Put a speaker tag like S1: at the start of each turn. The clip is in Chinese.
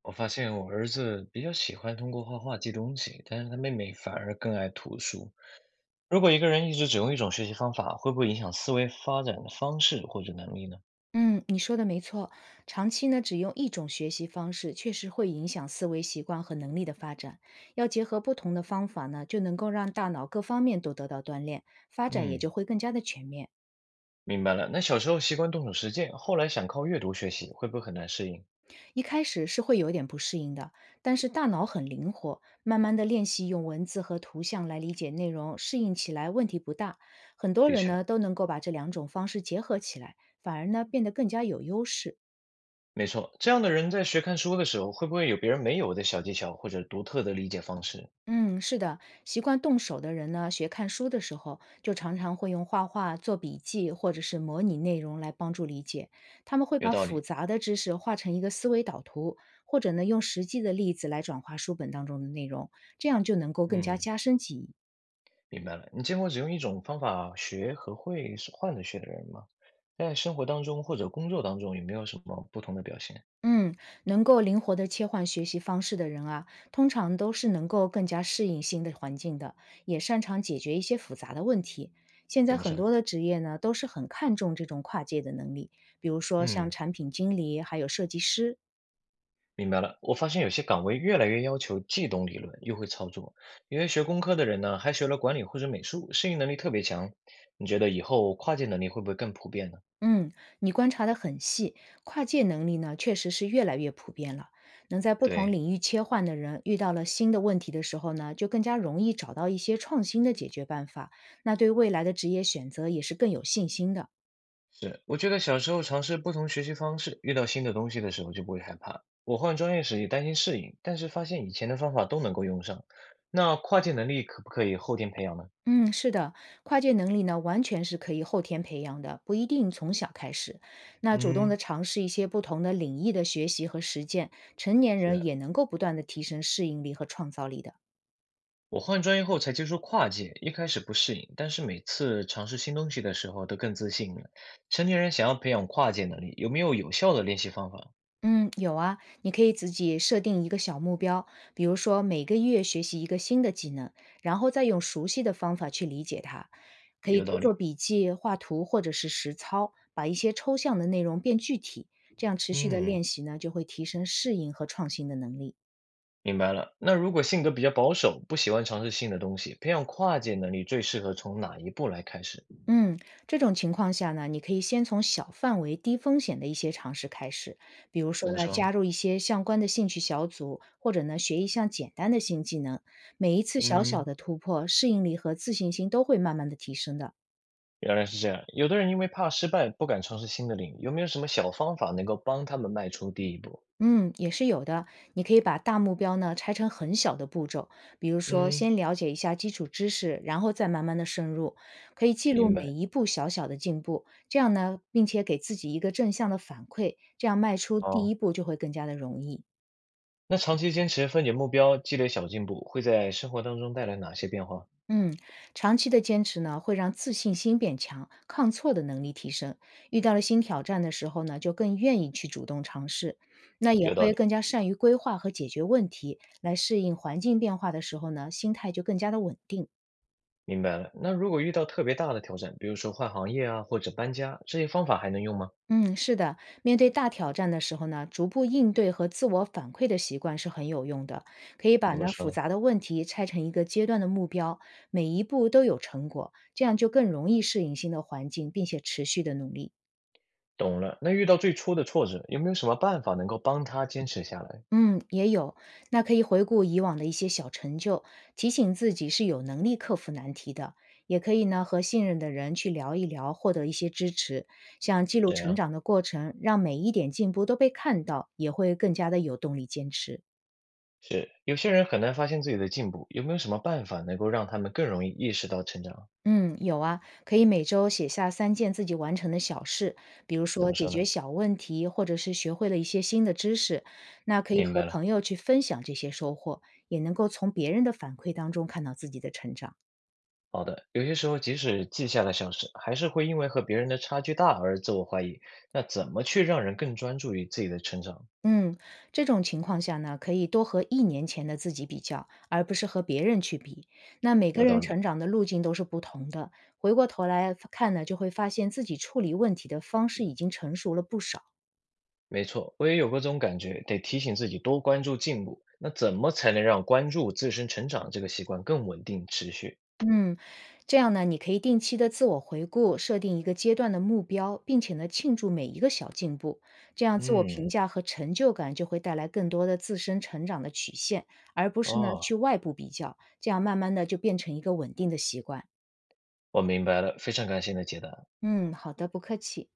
S1: 我发现我儿子比较喜欢通过画画记东西，但是他妹妹反而更爱图书。如果一个人一直只用一种学习方法，会不会影响思维发展的方式或者能力呢？
S2: 嗯，你说的没错，长期呢只用一种学习方式，确实会影响思维习惯和能力的发展。要结合不同的方法呢，就能够让大脑各方面都得到锻炼，发展也
S1: 嗯，
S2: 就会更加的全面。
S1: 明白了。那小时候习惯动手实践，后来想靠阅读学习，会不会很难适应？
S2: 一开始是会有点不适应的，但是大脑很灵活，慢慢的练习用文字和图像来理解内容，适应起来问题不大。很多
S1: 的
S2: 人
S1: 确，
S2: 呢都能够把这两种方式结合起来，反而呢变得更加有优势。
S1: 没错。这样的人在学看书的时候，会不会有别人没有的小技巧或者独特的理解方式？
S2: 嗯，是的，习惯动手的人呢，学看书的时候，就常常会用画画、做笔记或者是模拟内容来帮助理解。他们会
S1: 有
S2: 把
S1: 道
S2: 复
S1: 理。
S2: 杂的知识画成一个思维导图，或者呢，用实际的例子来转化书本当中的内容，这样就能够更加
S1: 嗯。
S2: 加深记忆。
S1: 明白了，你见过只用一种方法学和会是换着学的人吗？在生活当中或者工作当中，有没有什么不同的表现？
S2: 嗯，能够灵活的切换学习方式的人啊，通常都是能够更加适应新的环境的，也擅长解决一些复杂的问题。现
S1: 怎
S2: 在
S1: 么
S2: 很
S1: 说？
S2: 多的职业呢，都是很看重这种跨界的能力，比如说像
S1: 嗯，
S2: 产品经理，还有设计师。
S1: 明白了。我发现有些岗位越来越要求既懂理论又会操作，因为学工科的人呢，还学了管理或者美术，适应能力特别强。你觉得以后跨界能力会不会更普遍呢？
S2: 嗯，你观察的很细，跨界能力呢，确实是越来越普遍了。能在不同
S1: 对。
S2: 领域切换的人，遇到了新的问题的时候呢，就更加容易找到一些创新的解决办法，那对未来的职业选择也是更有信心的。
S1: 是，我觉得小时候尝试不同学习方式，遇到新的东西的时候就不会害怕。我换专业时也担心适应，但是发现以前的方法都能够用上。那跨界能力可不可以后天培养呢？
S2: 嗯，是的，跨界能力呢，完全是可以后天培养的，不一定从小开始。那主动的
S1: 嗯，
S2: 尝试一些不同的领域的学习和实践，成年
S1: 是，
S2: 人也能够不断的提升适应力和创造力的。
S1: 我换专业后才接触跨界，一开始不适应，但是每次尝试新东西的时候都更自信了。成年人想要培养跨界能力，有没有有效的练习方法？
S2: 嗯，有啊，你可以自己设定一个小目标，比如说每个月学习一个新的技能，然后再用熟悉的方法去理解它。可以
S1: 有
S2: 多
S1: 道理。
S2: 做笔记、画图或者是实操，把一些抽象的内容变具体，这样持续的
S1: 嗯，
S2: 练习呢，就会提升适应和创新的能力。
S1: 明白了。那如果性格比较保守，不喜欢尝试新的东西，培养跨界能力最适合从哪一步来开始？
S2: 嗯，这种情况下呢，你可以先从小范围、低风险的一些尝试开始，比如说
S1: 怎么
S2: 呢，加
S1: 说？
S2: 入一些相关的兴趣小组，或者呢，学一项简单的新技能。每一次小小
S1: 嗯，
S2: 的突破，适应力和自信心都会慢慢的提升的。
S1: 原来是这样。有的人因为怕失败，不敢尝试新的领域，有没有什么小方法能够帮他们迈出第一步？
S2: 嗯，也是有的。你可以把大目标呢拆成很小的步骤，比如说
S1: 嗯，
S2: 先了解一下基础知识，然后再慢慢的深入。可以记录
S1: 明
S2: 每
S1: 白。
S2: 一步小小的进步，这样呢，并且给自己一个正向的反馈，这样迈出第一
S1: 哦，
S2: 步就会更加的容易。
S1: 那长期坚持、分解目标、积累小进步，会在生活当中带来哪些变化？
S2: 嗯，长期的坚持呢，会让自信心变强，抗挫的能力提升。遇到了新挑战的时候呢，就更愿意去主动尝试，那也
S1: 有道
S2: 会
S1: 理，
S2: 更加善于规划和解决问题，来适应环境变化的时候呢，心态就更加的稳定。
S1: 明白了。那如果遇到特别大的挑战，比如说换行业啊，或者搬家，这些方法还能用吗？
S2: 嗯，是的，面对大挑战的时候呢，逐步应对和自我反馈的习惯是很有用的。可以把
S1: 怎么
S2: 呢
S1: 说
S2: 复
S1: 呢？
S2: 杂的问题拆成一个阶段的目标，每一步都有成果，这样就更容易适应新的环境，并且持续的努力。
S1: 懂了。那遇到最初的挫折，有没有什么办法能够帮他坚持下来？
S2: 嗯，也有。那可以回顾以往的一些小成就，提醒自己是有能力克服难题的。也可以呢，和信任的人去聊一聊，获得一些支持。像记录
S1: 怎
S2: 成
S1: 样？
S2: 长的过程，让每一点进步都被看到，也会更加的有动力坚持。
S1: 是，有些人很难发现自己的进步，有没有什么办法能够让他们更容易意识到成长？
S2: 嗯，有啊，可以每周写下3件自己完成的小事，比如
S1: 怎
S2: 说
S1: 么
S2: 解
S1: 说呢？
S2: 决小问题，或者是学会了一些新的知识。那可以
S1: 明
S2: 和
S1: 白了。
S2: 朋友去分享这些收获，也能够从别人的反馈当中看到自己的成长。
S1: 好的，有些时候即使记下了小事，还是会因为和别人的差距大而自我怀疑。那怎么去让人更专注于自己的成长？
S2: 嗯，这种情况下呢，可以多和1年前的自己比较，而不是和别人去比。那每个
S1: 有
S2: 人
S1: 道理，
S2: 成长的路径都是不同的，回过头来看呢，就会发现自己处理问题的方式已经成熟了不少。
S1: 没错，我也有过这种感觉，得提醒自己多关注进步。那怎么才能让关注自身成长这个习惯更稳定持续？
S2: 嗯，这样呢，你可以定期的自我回顾，设定一个阶段的目标，并且呢，庆祝每一个小进步，这样自我评
S1: 嗯，
S2: 价和成就感就会带来更多的自身成长的曲线，而不是呢去
S1: 哦，
S2: 外部比较，这样慢慢的就变成一个稳定的习惯。
S1: 我明白了，非常感谢你的解答。
S2: 嗯，好的，不客气。